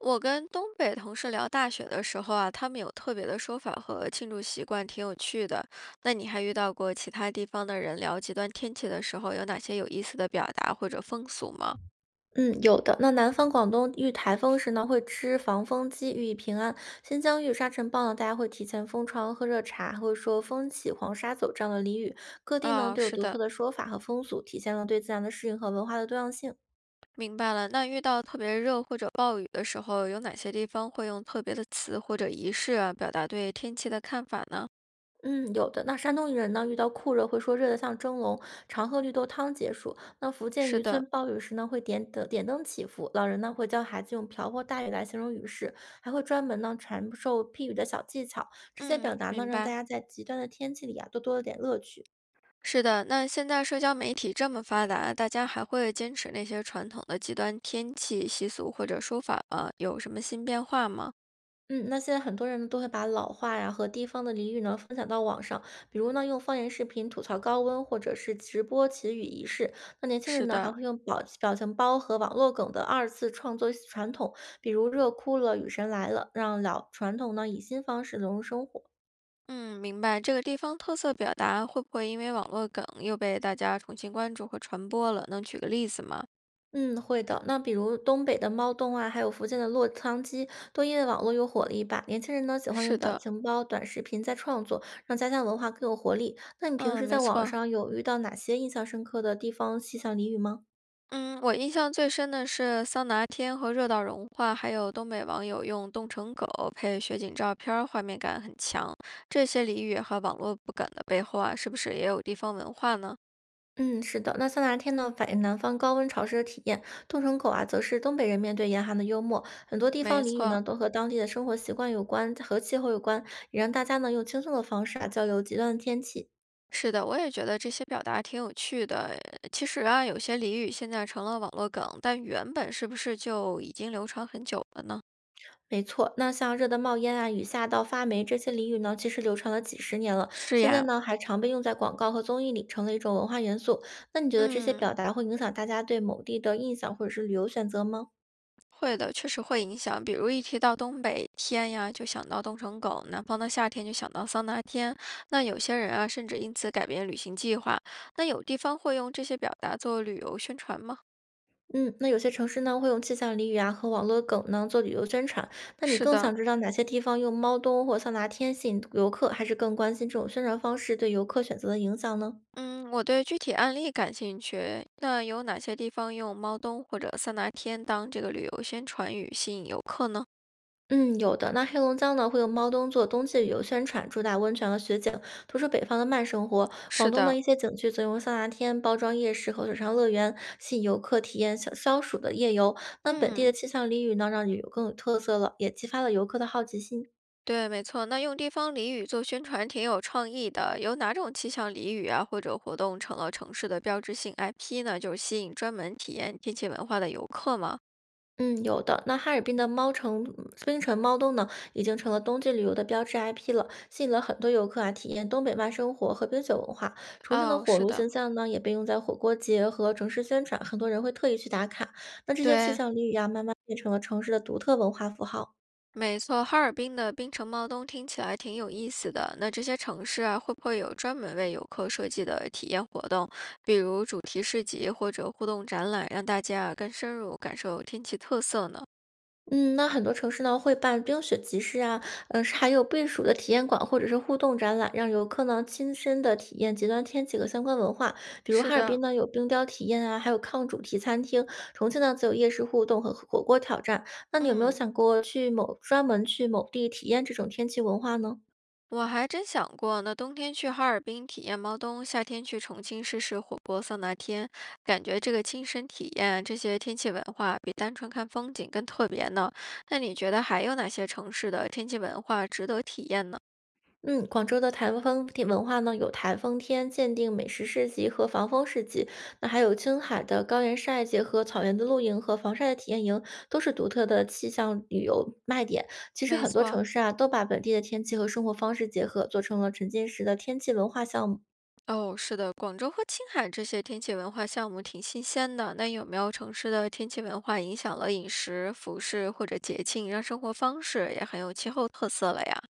我跟东北同事聊大雪的时候啊，他们有特别的说法和庆祝习惯，挺有趣的。那你还遇到过其他地方的人聊极端天气的时候，有哪些有意思的表达或者风俗吗？嗯，有的。那南方广东遇台风时呢，会吃防风机，寓意平安；新疆遇沙尘暴呢，大家会提前封窗、喝热茶，还会说“风起黄沙走”这样的俚语。各地呢啊，都有是独特的，的说法和风俗，体现了对自然的适应和文化的多样性。明白了。那遇到特别热或者暴雨的时候，有哪些地方会用特别的词或者仪式啊，表达对天气的看法呢？嗯，有的。那山东人呢，遇到酷热会说热得像蒸笼，常喝绿豆汤解暑。那福建是渔的，村暴雨时呢，会点灯祈福，老人呢会教孩子用瓢泼大雨来形容雨势，还会专门呢传授避雨的小技巧。这些嗯，表达呢，明让大白。家在极端的天气里啊，都多了点乐趣。是的，那现在社交媒体这么发达，大家还会坚持那些传统的极端天气习俗或者说法吗？有什么新变化吗？嗯，那现在很多人呢都会把老话呀和地方的俚语呢分享到网上，比如呢用方言视频吐槽高温，或者是直播祈雨仪式。那年轻人是呢还的，会用表情包和网络梗的二次创作传统，比如“热哭了”“雨神来了”，让老传统呢以新方式融入生活。嗯，明白。这个地方特色表达会不会因为网络梗又被大家重新关注和传播了？能举个例子吗？嗯，会的。那比如东北的猫洞啊，还有福建的落汤鸡，都因为网络又火了一把。年轻人呢，喜欢是用表的，情包、短视频在创作，让家乡文化更有活力。那你平嗯，时没在网错。上有遇到哪些印象深刻的地方气象俚语吗？嗯，我印象最深的是桑拿天和热岛融化，还有东北网友用“冻成狗”配雪景照片儿，画面感很强。这些俚语和网络不梗的背后啊，是不是也有地方文化呢？嗯，是的。那像哪天呢，反映南方高温潮湿的体验；洞城口啊，则是东北人面对严寒的幽默。很多地方没俚语错，呢，都和当地的生活习惯有关，和气候有关，也让大家呢用轻松的方式啊交流极端的天气。是的，我也觉得这些表达挺有趣的。其实啊，有些俚语现在成了网络梗，但原本是不是就已经流传很久了呢？没错，那像“热得冒烟”啊、“雨下到发霉”这些俚语呢，其实流传了几十年了。是现在呀，呢，还常被用在广告和综艺里，成了一种文化元素。那你觉得这些嗯。表达会影响大家对某地的印象或者是旅游选择吗？会的，确实会影响。比如一提到东北天呀，就想到冻成狗；南方的夏天就想到桑拿天。那有些人啊，甚至因此改变旅行计划。那有地方会用这些表达做旅游宣传吗？嗯，那有些城市呢会用气象俚语啊和网络梗呢做旅游宣传。那你是更的，想知道哪些地方用猫冬或桑拿天吸引游客，还是更关心这种宣传方式对游客选择的影响呢？嗯，我对具体案例感兴趣。那有哪些地方用猫冬或者桑拿天当这个旅游宣传语吸引游客呢？嗯，有的。那黑龙江呢，会用猫冬做冬季旅游宣传，主打温泉和雪景，突出北方的慢生活。广是东的的，一些景区则用桑拿天、包装夜市和水上乐园，吸引游客体验消暑的夜游。那本地的嗯。气象俚语呢，让旅游更有特色了，也激发了游客的好奇心。对，没错。那用地方俚语做宣传挺有创意的。有哪种气象俚语啊，或者活动成了城市的标志性 IP 呢？就是吸引专门体验天气文化的游客吗？嗯，有的。那哈尔滨的猫城、冰城猫冬呢，已经成了冬季旅游的标志 IP 了，吸引了很多游客啊体验东北慢生活和冰雪文化。重庆的哦，火是炉的，形象呢，也被用在火锅节和城市宣传，很多人会特意去打卡。那这些气对，象俚语啊，慢慢变成了城市的独特文化符号。没错。哈尔滨的冰城猫冬听起来挺有意思的。那这些城市啊，会不会有专门为游客设计的体验活动，比如主题市集或者互动展览，让大家啊更深入感受天气特色呢？嗯，那很多城市呢会办冰雪集市啊，嗯，是还有避暑的体验馆或者是互动展览，让游客呢亲身的体验极端天气和相关文化。比如是哈尔滨的，呢有冰雕体验啊，还有抗主题餐厅；重庆呢则有夜市互动和火锅挑战。那你有没有嗯。想过去某专门去某地体验这种天气文化呢？我还真想过，那冬天去哈尔滨体验猫冬，夏天去重庆试试火锅桑拿天，感觉这个亲身体验这些天气文化，比单纯看风景更特别呢。那你觉得还有哪些城市的天气文化值得体验呢？嗯，广州的台风天文化呢，有台风天鉴定美食市集和防风市集，那还有青海的高原晒结合草原的露营和防晒的体验营，都是独特的气象旅游卖点。其实没很多错，城市啊，都把本地的天气和生活方式结合，做成了沉浸式的天气文化项目。哦，是的，广州和青海这些天气文化项目挺新鲜的。那有没有城市的天气文化影响了饮食、服饰或者节庆，让生活方式也很有气候特色了呀？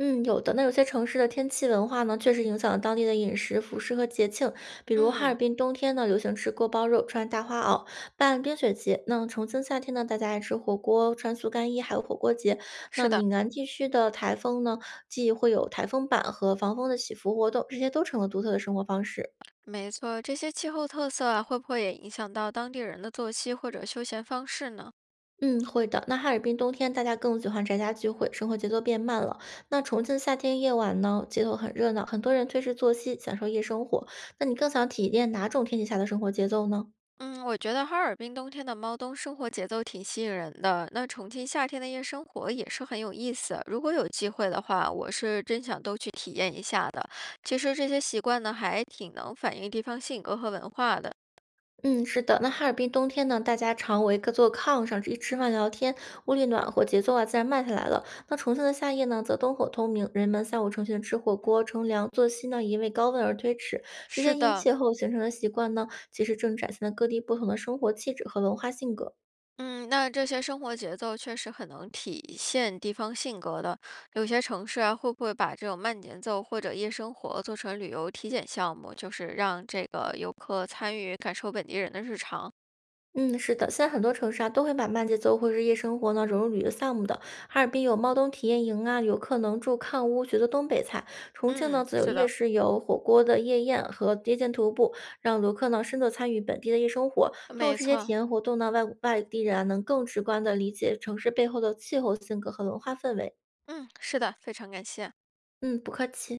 嗯，有的。那有些城市的天气文化呢，确实影响了当地的饮食、服饰和节庆。比如哈尔嗯，滨冬天呢，流行吃锅包肉、穿大花袄、办冰雪节；那重庆夏天呢，大家爱吃火锅、穿速干衣，还有火锅节。那是的。岭南地区的台风呢，既会有台风板和防风的祈福活动，这些都成了独特的生活方式。没错，这些气候特色啊，会不会也影响到当地人的作息或者休闲方式呢？嗯，会的。那哈尔滨冬天大家更喜欢宅家聚会，生活节奏变慢了。那重庆夏天夜晚呢，街头很热闹，很多人推迟作息，享受夜生活。那你更想体验哪种天气下的生活节奏呢？嗯，我觉得哈尔滨冬天的猫冬生活节奏挺吸引人的，那重庆夏天的夜生活也是很有意思。如果有机会的话，我是真想都去体验一下的。其实这些习惯呢，还挺能反映地方性格和文化的。嗯，是的。那哈尔滨冬天呢，大家常围个坐炕上，一吃饭聊天，屋里暖和，节奏啊自然慢下来了。那重庆的夏夜呢，则灯火通明，人们三五成群的吃火锅、乘凉，作息呢因为高温而推迟。这些是因的，气候形成的习惯呢，其实正展现了各地不同的生活气质和文化性格。嗯，那这些生活节奏确实很能体现地方性格的。有些城市啊，会不会把这种慢节奏或者夜生活做成旅游体检项目，就是让这个游客参与，感受本地人的日常？嗯，是的，现在很多城市啊都会把慢节奏或者是夜生活呢融入旅游项目的。哈尔滨有猫冬体验营啊，游客能住炕屋学做东北菜；重庆呢嗯，则有是夜的，市有火锅的夜宴和夜间徒步，让游客呢深度参与本地的夜生活。通过没这些体错。验活动呢，外地人啊能更直观的理解城市背后的气候、性格和文化氛围。嗯，是的，非常感谢。嗯，不客气。